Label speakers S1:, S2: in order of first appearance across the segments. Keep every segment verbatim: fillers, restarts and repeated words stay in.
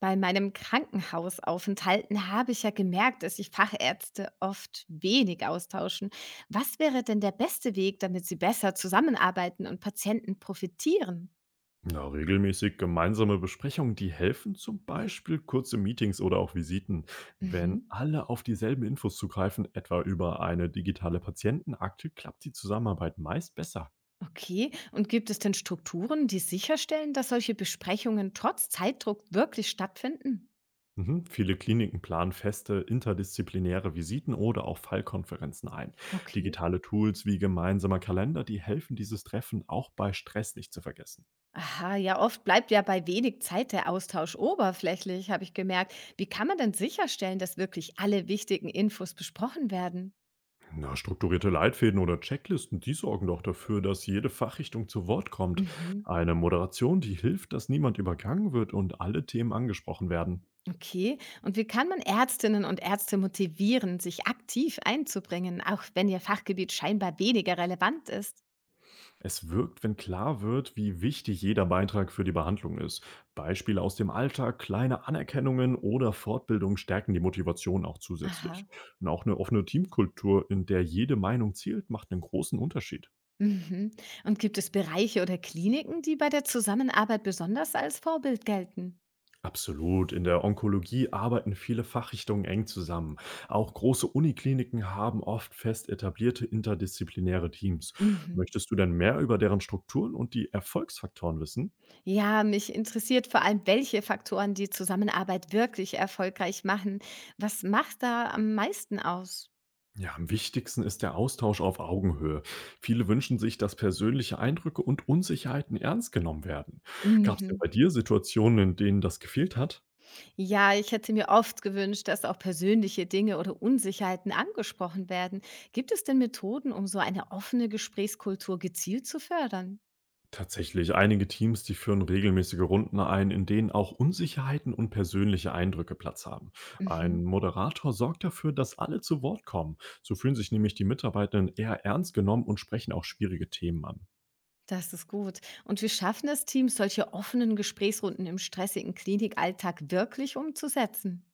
S1: Bei meinem Krankenhausaufenthalten habe ich ja gemerkt, dass sich Fachärzte oft wenig austauschen. Was wäre denn der beste Weg, damit sie besser zusammenarbeiten und Patienten profitieren?
S2: Ja, regelmäßig gemeinsame Besprechungen, die helfen zum Beispiel kurze Meetings oder auch Visiten. Wenn
S1: Mhm.
S2: alle auf dieselben Infos zugreifen, etwa über eine digitale Patientenakte, klappt die Zusammenarbeit meist besser.
S1: Okay, und gibt es denn Strukturen, die sicherstellen, dass solche Besprechungen trotz Zeitdruck wirklich stattfinden?
S2: Mhm. Viele Kliniken planen feste interdisziplinäre Visiten oder auch Fallkonferenzen ein.
S1: Okay.
S2: Digitale Tools wie gemeinsamer Kalender, die helfen, dieses Treffen auch bei Stress nicht zu vergessen.
S1: Aha, ja, oft bleibt ja bei wenig Zeit der Austausch oberflächlich, habe ich gemerkt. Wie kann man denn sicherstellen, dass wirklich alle wichtigen Infos besprochen werden?
S2: Na, strukturierte Leitfäden oder Checklisten, die sorgen doch dafür, dass jede Fachrichtung zu Wort kommt.
S1: Mhm.
S2: Eine Moderation, die hilft, dass niemand übergangen wird und alle Themen angesprochen werden.
S1: Okay. Und wie kann man Ärztinnen und Ärzte motivieren, sich aktiv einzubringen, auch wenn ihr Fachgebiet scheinbar weniger relevant ist?
S2: Es wirkt, wenn klar wird, wie wichtig jeder Beitrag für die Behandlung ist. Beispiele aus dem Alltag, kleine Anerkennungen oder Fortbildung stärken die Motivation auch zusätzlich.
S1: Aha.
S2: Und auch eine offene Teamkultur, in der jede Meinung zählt, macht einen großen Unterschied.
S1: Mhm. Und gibt es Bereiche oder Kliniken, die bei der Zusammenarbeit besonders als Vorbild gelten?
S2: Absolut. In der Onkologie arbeiten viele Fachrichtungen eng zusammen. Auch große Unikliniken haben oft fest etablierte interdisziplinäre Teams.
S1: Mhm.
S2: Möchtest du denn mehr über deren Strukturen und die Erfolgsfaktoren wissen?
S1: Ja, mich interessiert vor allem, welche Faktoren die Zusammenarbeit wirklich erfolgreich machen. Was macht da am meisten aus?
S2: Ja, am wichtigsten ist der Austausch auf Augenhöhe. Viele wünschen sich, dass persönliche Eindrücke und Unsicherheiten ernst genommen werden. Gab es denn
S1: Mhm.
S2: bei dir Situationen, in denen das gefehlt hat?
S1: Ja, ich hätte mir oft gewünscht, dass auch persönliche Dinge oder Unsicherheiten angesprochen werden. Gibt es denn Methoden, um so eine offene Gesprächskultur gezielt zu fördern?
S2: Tatsächlich, einige Teams, die führen regelmäßige Runden ein, in denen auch Unsicherheiten und persönliche Eindrücke Platz haben.
S1: Mhm,
S2: Ein Moderator sorgt dafür, dass alle zu Wort kommen. So fühlen sich nämlich die Mitarbeitenden eher ernst genommen und sprechen auch schwierige Themen an.
S1: das ist gut. Und wie schaffen es Teams, solche offenen Gesprächsrunden im stressigen Klinikalltag wirklich umzusetzen?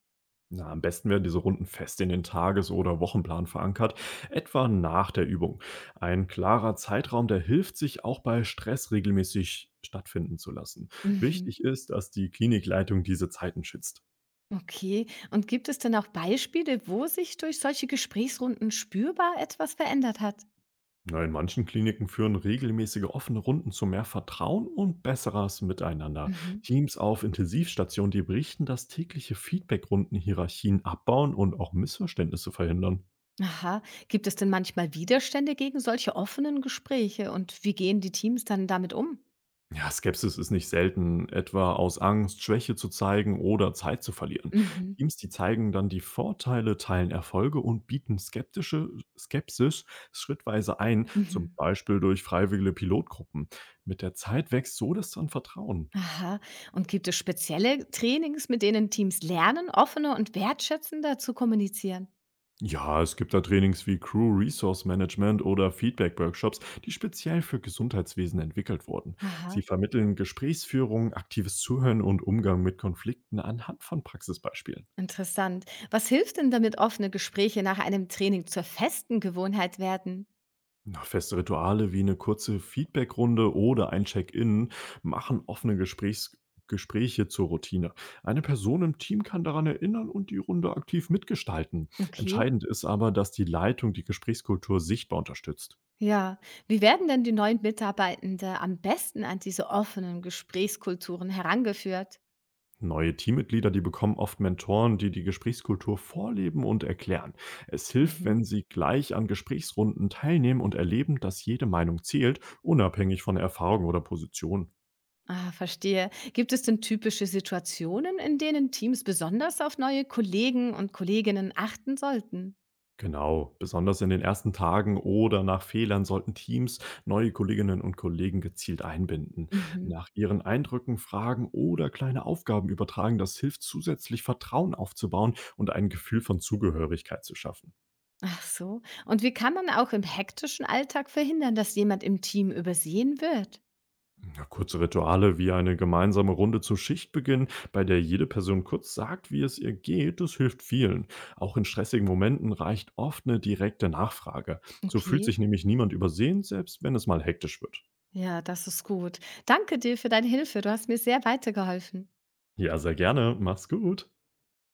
S2: Na, am besten werden diese Runden fest in den Tages- oder Wochenplan verankert, etwa nach der Übung. Ein klarer Zeitraum, der hilft, sich auch bei Stress regelmäßig stattfinden zu lassen.
S1: Mhm.
S2: Wichtig ist, dass die Klinikleitung diese Zeiten schützt.
S1: Okay, und gibt es denn auch Beispiele, wo sich durch solche Gesprächsrunden spürbar etwas verändert hat?
S2: Na, in manchen Kliniken führen regelmäßige offene Runden zu mehr Vertrauen und besseres Miteinander.
S1: Mhm.
S2: Teams auf Intensivstationen, die berichten, dass tägliche Feedbackrunden Hierarchien abbauen und auch Missverständnisse verhindern.
S1: Aha. Gibt es denn manchmal Widerstände gegen solche offenen Gespräche und wie gehen die Teams dann damit um?
S2: Ja, Skepsis ist nicht selten, etwa aus Angst, Schwäche zu zeigen oder Zeit zu verlieren.
S1: Mhm.
S2: Teams, die zeigen dann die Vorteile, teilen Erfolge und bieten skeptische Skepsis schrittweise ein, zum
S1: Mhm.
S2: Beispiel durch freiwillige Pilotgruppen. Mit der Zeit wächst so das dann Vertrauen.
S1: Aha. Und gibt es spezielle Trainings, mit denen Teams lernen, offener und wertschätzender zu kommunizieren?
S2: Ja, es gibt da Trainings wie Crew Resource Management oder Feedback-Workshops, die speziell für Gesundheitswesen entwickelt wurden. Sie
S1: Aha.
S2: vermitteln Gesprächsführung, aktives Zuhören und Umgang mit Konflikten anhand von Praxisbeispielen.
S1: Interessant. Was hilft denn, damit offene Gespräche nach einem Training zur festen Gewohnheit werden?
S2: Na, feste Rituale wie eine kurze Feedback-Runde oder ein Check-in machen offene Gesprächs Gespräche zur Routine. Eine Person im Team kann daran erinnern und die Runde aktiv mitgestalten.
S1: Okay.
S2: Entscheidend ist aber, dass die Leitung die Gesprächskultur sichtbar unterstützt.
S1: Ja. Wie werden denn die neuen Mitarbeitende am besten an diese offenen Gesprächskulturen herangeführt?
S2: Neue Teammitglieder, die bekommen oft Mentoren, die die Gesprächskultur vorleben und erklären. Es hilft,
S1: Mhm.
S2: wenn sie gleich an Gesprächsrunden teilnehmen und erleben, dass jede Meinung zählt, unabhängig von Erfahrung oder Position.
S1: Ah, verstehe. Gibt es denn typische Situationen, in denen Teams besonders auf neue Kollegen und Kolleginnen achten sollten?
S2: Genau, besonders in den ersten Tagen oder nach Fehlern sollten Teams neue Kolleginnen und Kollegen gezielt einbinden,
S1: Mhm.
S2: nach ihren Eindrücken fragen oder kleine Aufgaben übertragen. Das hilft zusätzlich Vertrauen aufzubauen und ein Gefühl von Zugehörigkeit zu schaffen.
S1: Ach so. Und wie kann man auch im hektischen Alltag verhindern, dass jemand im Team übersehen wird?
S2: Ja, kurze Rituale wie eine gemeinsame Runde zu Schichtbeginn, bei der jede Person kurz sagt, wie es ihr geht, das hilft vielen. Auch in stressigen Momenten reicht oft eine direkte Nachfrage. So fühlt
S1: Okay.
S2: sich nämlich niemand übersehen, selbst wenn es mal hektisch wird.
S1: Ja, das ist gut. Danke dir für deine Hilfe. Du hast mir sehr weitergeholfen.
S2: Ja, sehr gerne. Mach's gut.